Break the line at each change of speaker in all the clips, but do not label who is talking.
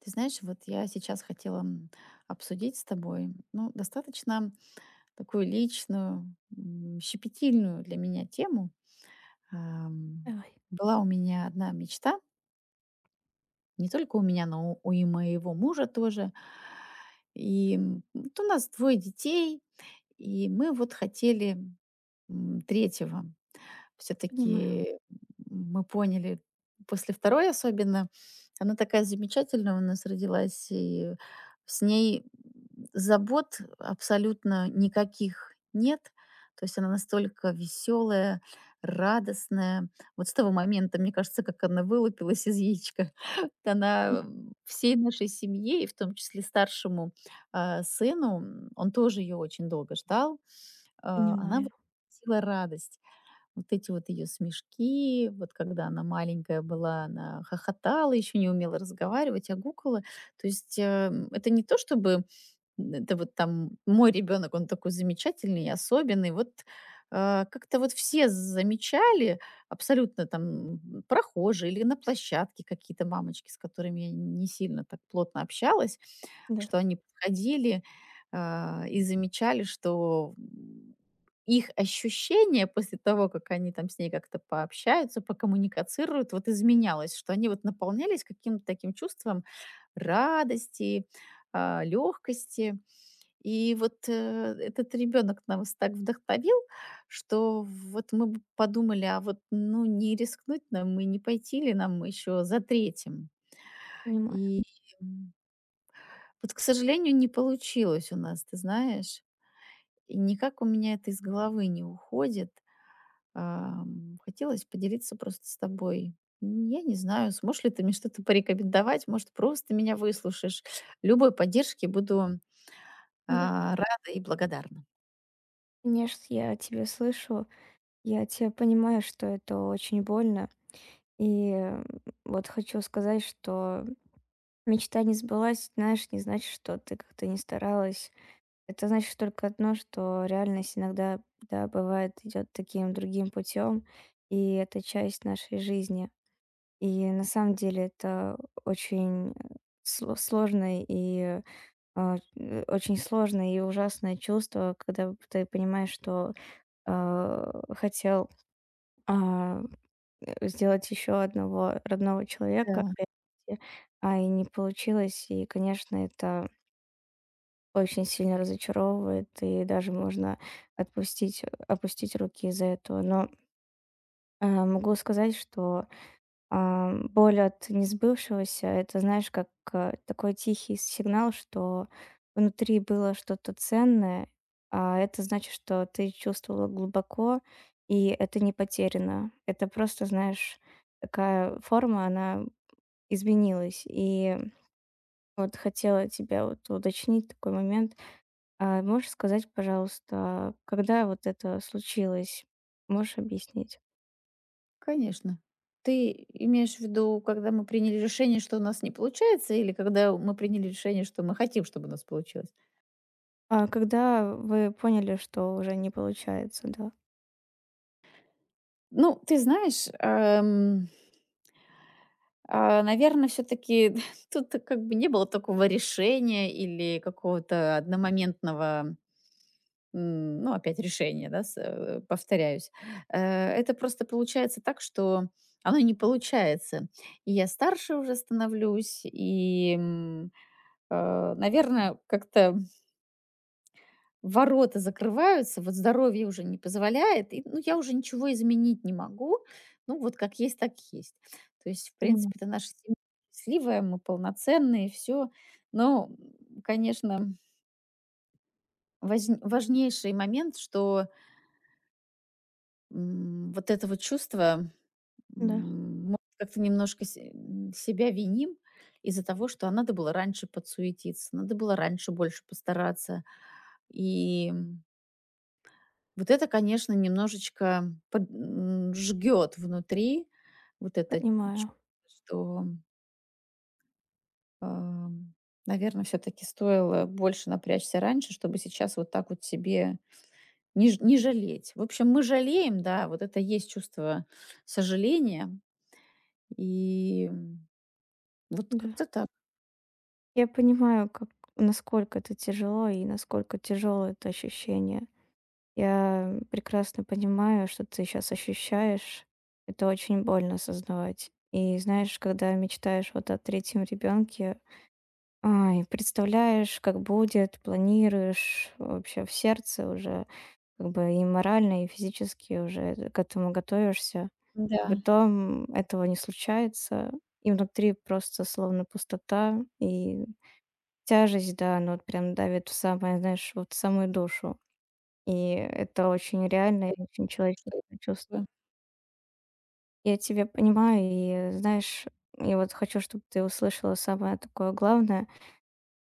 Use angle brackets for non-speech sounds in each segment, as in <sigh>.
Ты знаешь, вот я сейчас хотела обсудить с тобой, ну, достаточно такую личную, щепетильную для меня тему. Ам,
Давай,
Была у меня одна мечта, не только у меня, но и моего мужа тоже. И вот у нас двое детей, и мы вот хотели третьего все
понимаю.
таки мы поняли после второй особенно, она такая замечательная у нас родилась, и с ней забот абсолютно никаких нет. То есть она настолько веселая радостная. Вот с того момента, мне кажется, как она вылупилась из яичка, <laughs>
М,
она всей нашей семье, и в том числе старшему, сыну, он тоже ее очень долго ждал, она вот
Понимаю.
приносила радость. Вот эти вот ее смешки, вот когда она маленькая была, она хохотала, еще не умела разговаривать, а гукала. То есть это не то, чтобы это вот там мой ребенок, он такой замечательный и особенный. Вот, как-то вот все замечали абсолютно там, прохожие или на площадке какие-то мамочки, с которыми я не сильно так плотно общалась,
Да,
что они подходили, и замечали, что, их ощущение после того, как они там с ней как-то пообщаются, покоммуникацируют, вот изменялось, что они вот наполнялись каким-то таким чувством радости, легкости. И вот, этот ребёнок нас так вдохновил, что вот мы б подумали, а вот, ну, не рискнуть нам и не пойти ли нам еще за третьим.
понимаю.
И, м, вот, к сожалению, не получилось у нас, ты знаешь. И никак у меня это из головы не уходит. Хотелось поделиться просто с тобой. Я не знаю, сможешь ли ты мне что-то порекомендовать, может, просто меня выслушаешь. Любой поддержке буду,
Да.
рада и благодарна.
Конечно, я тебя слышу. Я тебя понимаю, что это очень больно. И э, вот хочу сказать, что мечта не сбылась, знаешь, не значит, что ты как-то не старалась. Это значит только одно, что реальность иногда, да, бывает, идет таким другим путем, и это часть нашей жизни. И на самом деле это очень э, сложный и очень сложное и ужасное чувство, когда ты понимаешь, что, хотел, а, сделать еще одного родного человека,
Да.
э, и не получилось. И, конечно, это очень сильно разочаровывает, и даже можно отпустить опустить руки из-за этого. Но могу сказать, что боль от несбывшегося — это, знаешь, как, такой тихий сигнал, что внутри было что-то ценное, а это значит, что ты чувствовала глубоко, и это не потеряно. Это просто, знаешь, такая форма, она изменилась. И вот хотела тебя вот уточнить такой момент. А можешь сказать, пожалуйста, когда вот это случилось? Можешь объяснить?
Конечно. Ты имеешь в виду, когда мы приняли решение, что у нас не получается, или когда мы приняли решение, что мы хотим, чтобы у нас получилось?
А когда вы поняли, что уже не получается, да?
Ну, ты знаешь, наверное, все-таки <laughs> тут как бы не было такого решения или какого-то одномоментного, ну, опять решения, да, повторяюсь. Э, Это просто получается так, что оно не получается. И я старше уже становлюсь, и, наверное, как-то ворота закрываются, вот здоровье уже не позволяет, и, ну, я уже ничего изменить не могу. Ну, вот как есть, так есть. То есть, в
Понимаю,
принципе, это наша семья счастливая, мы полноценные, все. Но, конечно, важнейший момент, что вот это вот чувство,
да,
мы как-то немножко себя виним из-за того, что а надо было раньше подсуетиться, надо было раньше больше постараться. И вот это, конечно, немножечко под жгёт внутри. Вот это
понимаю,
чувство, что, ам, наверно, таки стоило больше напрячься раньше, чтобы сейчас вот так вот себе не жалеть. В общем, мы жалеем, да, вот это есть чувство сожаления. И, вот
да.
как-то так.
Я понимаю, как насколько это тяжело и насколько тяжело это ощущение. Я прекрасно понимаю, что ты сейчас ощущаешь. Это очень больно осознавать. И знаешь, когда мечтаешь вот о третьем ребенке, ай, представляешь, как будет, планируешь вообще в сердце уже как бы и морально, и физически уже к этому готовишься.
Да.
А потом этого не случается, и внутри просто словно пустота и тяжесть, да, она вот прям давит в самое, знаешь, вот в самую душу. И это очень реально
Да.
и очень
и
человеческое
что я
чувство.
чувствую.
Я тебя понимаю, и знаешь, я вот хочу, чтобы ты услышала самое такое главное.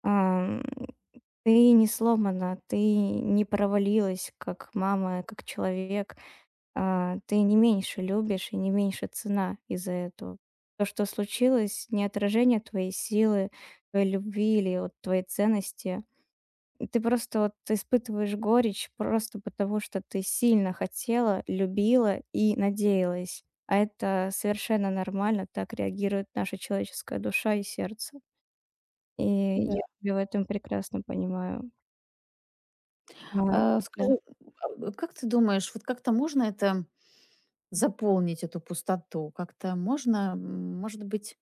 Ам, Ты не сломана, ты не провалилась как мама, как человек. Ты не меньше любишь и не меньше цена из-за этого. То, что случилось, не отражение твоей силы, твоей любви или вот твоей ценности. И ты просто вот испытываешь горечь просто потому, что ты сильно хотела, любила и надеялась. А это совершенно нормально, так реагирует наша человеческая душа и сердце. И
Да.
я тебя в этом прекрасно понимаю. А,
А
да,
скажи, как ты думаешь, вот как-то можно это заполнить, эту пустоту как-то можно, может быть,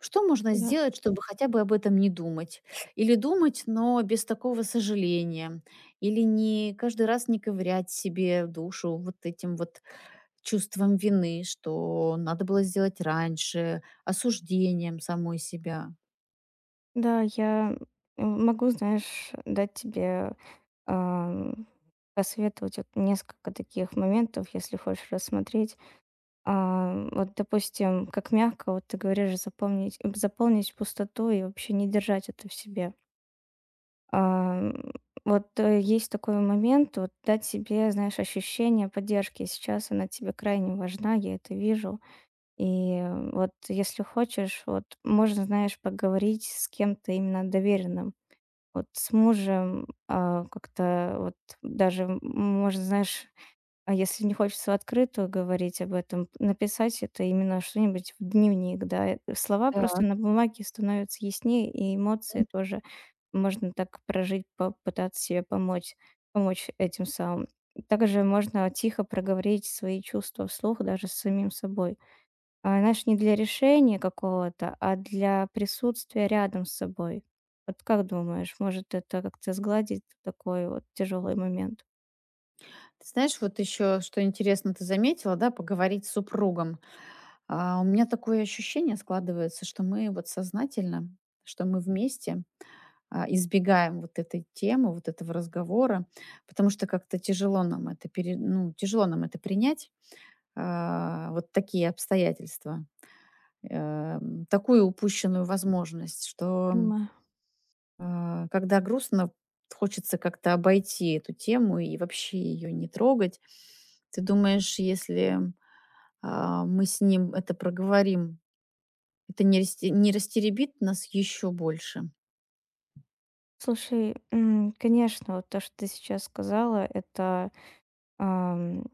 что можно
да.
сделать, чтобы хотя бы об этом не думать? Или думать, но без такого сожаления? Или не каждый раз не ковырять себе душу вот этим вот чувством вины, что надо было сделать раньше, осуждением самой себя?
Да, я могу, знаешь, дать тебе, ам, посоветовать вот несколько таких моментов, если хочешь рассмотреть. Вот, допустим, как мягко, вот ты говоришь, запомнить заполнить пустоту и вообще не держать это в себе. Ам, Есть такой момент, вот дать себе, знаешь, ощущение поддержки. Сейчас она тебе крайне важна, я это вижу. Вот если хочешь, вот можно, знаешь, поговорить с кем-то именно доверенным. Вот с мужем, как-то вот даже, можно, знаешь, а если не хочется в открытую говорить об этом, написать это именно что-нибудь в дневник, да. Слова
Да.
просто на бумаге становятся яснее, и эмоции тоже можно так прожить, попытаться себе помочь этим самым. Также можно тихо проговорить свои чувства вслух даже с самим собой. Знаешь, не для решения какого-то, а для присутствия рядом с собой. Вот как думаешь, может это как-то сгладить такой вот тяжелый момент?
Ты знаешь, вот еще, что интересно, ты заметила, да, поговорить с супругом. А у меня такое ощущение складывается, что мы вот сознательно, что мы вместе избегаем вот этой темы, вот этого разговора, потому что как-то тяжело нам это ну, тяжело нам это принять, вот такие обстоятельства, такую упущенную возможность, что
Понимаю.
когда грустно, хочется как-то обойти эту тему и вообще ее не трогать. Ты думаешь, если мы с ним это проговорим, не растеребит нас еще больше?
Слушай, конечно, вот то, что ты сейчас сказала, это ам,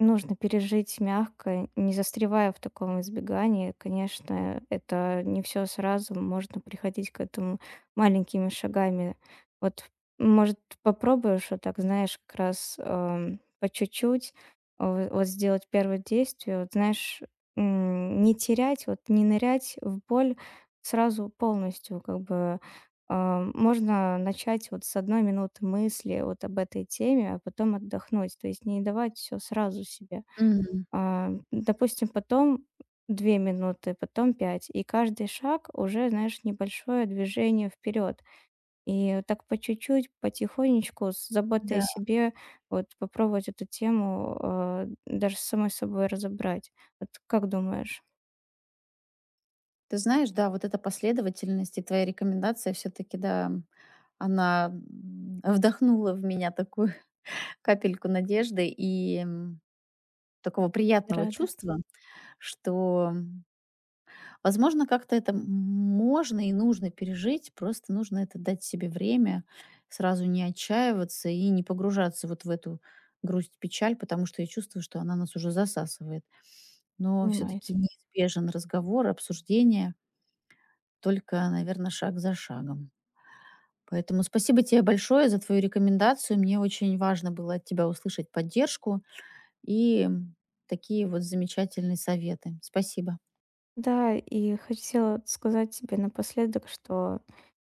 нужно пережить мягко, не застревая в таком избегании. Конечно, это не все сразу, можно приходить к этому маленькими шагами. Вот, может, попробуешь вот так, знаешь, как раз по чуть-чуть вот сделать первое действие, вот, знаешь, м, не терять, вот не нырять в боль сразу полностью, как бы можно начать вот с одной минуты мысли вот об этой теме, а потом отдохнуть. То есть не давать все сразу себе.
Мгм.
Допустим, потом две минуты, потом пять. И каждый шаг уже, знаешь, небольшое движение вперед. И так по чуть-чуть, потихонечку, с заботой о
Да.
себе, вот попробовать эту тему даже с самой собой разобрать. Вот как думаешь?
Ты знаешь, да, вот эта последовательность и твоя рекомендация все-таки, да, она вдохнула в меня такую <laughs> капельку надежды и такого приятного
Рада,
чувства, что, возможно, как-то это можно и нужно пережить, просто нужно это дать себе время, сразу не отчаиваться и не погружаться вот в эту грусть, печаль, потому что я чувствую, что она нас уже засасывает. Но все-таки
понимаете.
неизбежен разговор, обсуждение, только, наверное, шаг за шагом. Поэтому спасибо тебе большое за твою рекомендацию. Мне очень важно было от тебя услышать поддержку и такие вот замечательные советы. Спасибо.
Да, и хотела сказать тебе напоследок, что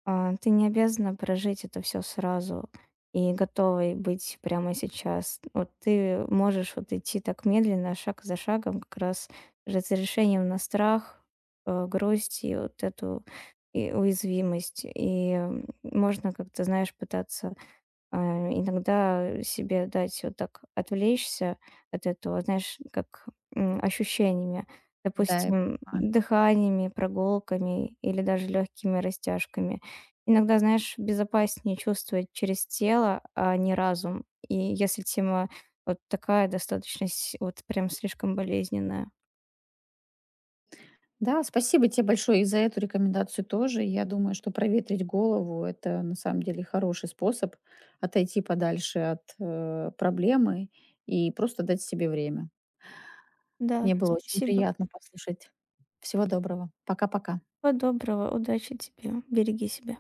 Ты не обязана прожить это все сразу и готовой быть прямо сейчас. Вот ты можешь вот идти так медленно, шаг за шагом, как раз разрешением на страх, грусть и вот эту и уязвимость. И можно как-то, знаешь, пытаться иногда себе дать вот так отвлечься от этого, знаешь, как, ощущениями.
Да, я
Допустим,
понимаю.
дыханиями, прогулками или даже легкими растяжками. Иногда, знаешь, безопаснее чувствовать через тело, а не разум. И если тема вот такая достаточно с вот прям слишком болезненная.
Да, спасибо тебе большое и за эту рекомендацию тоже. Я думаю, что проветрить голову– это на самом деле хороший способ отойти подальше от проблемы и просто дать себе время.
Да,
Мне было очень
спасибо.
приятно послушать. Всего доброго. Пока-пока.
Всего доброго, удачи тебе, береги себя.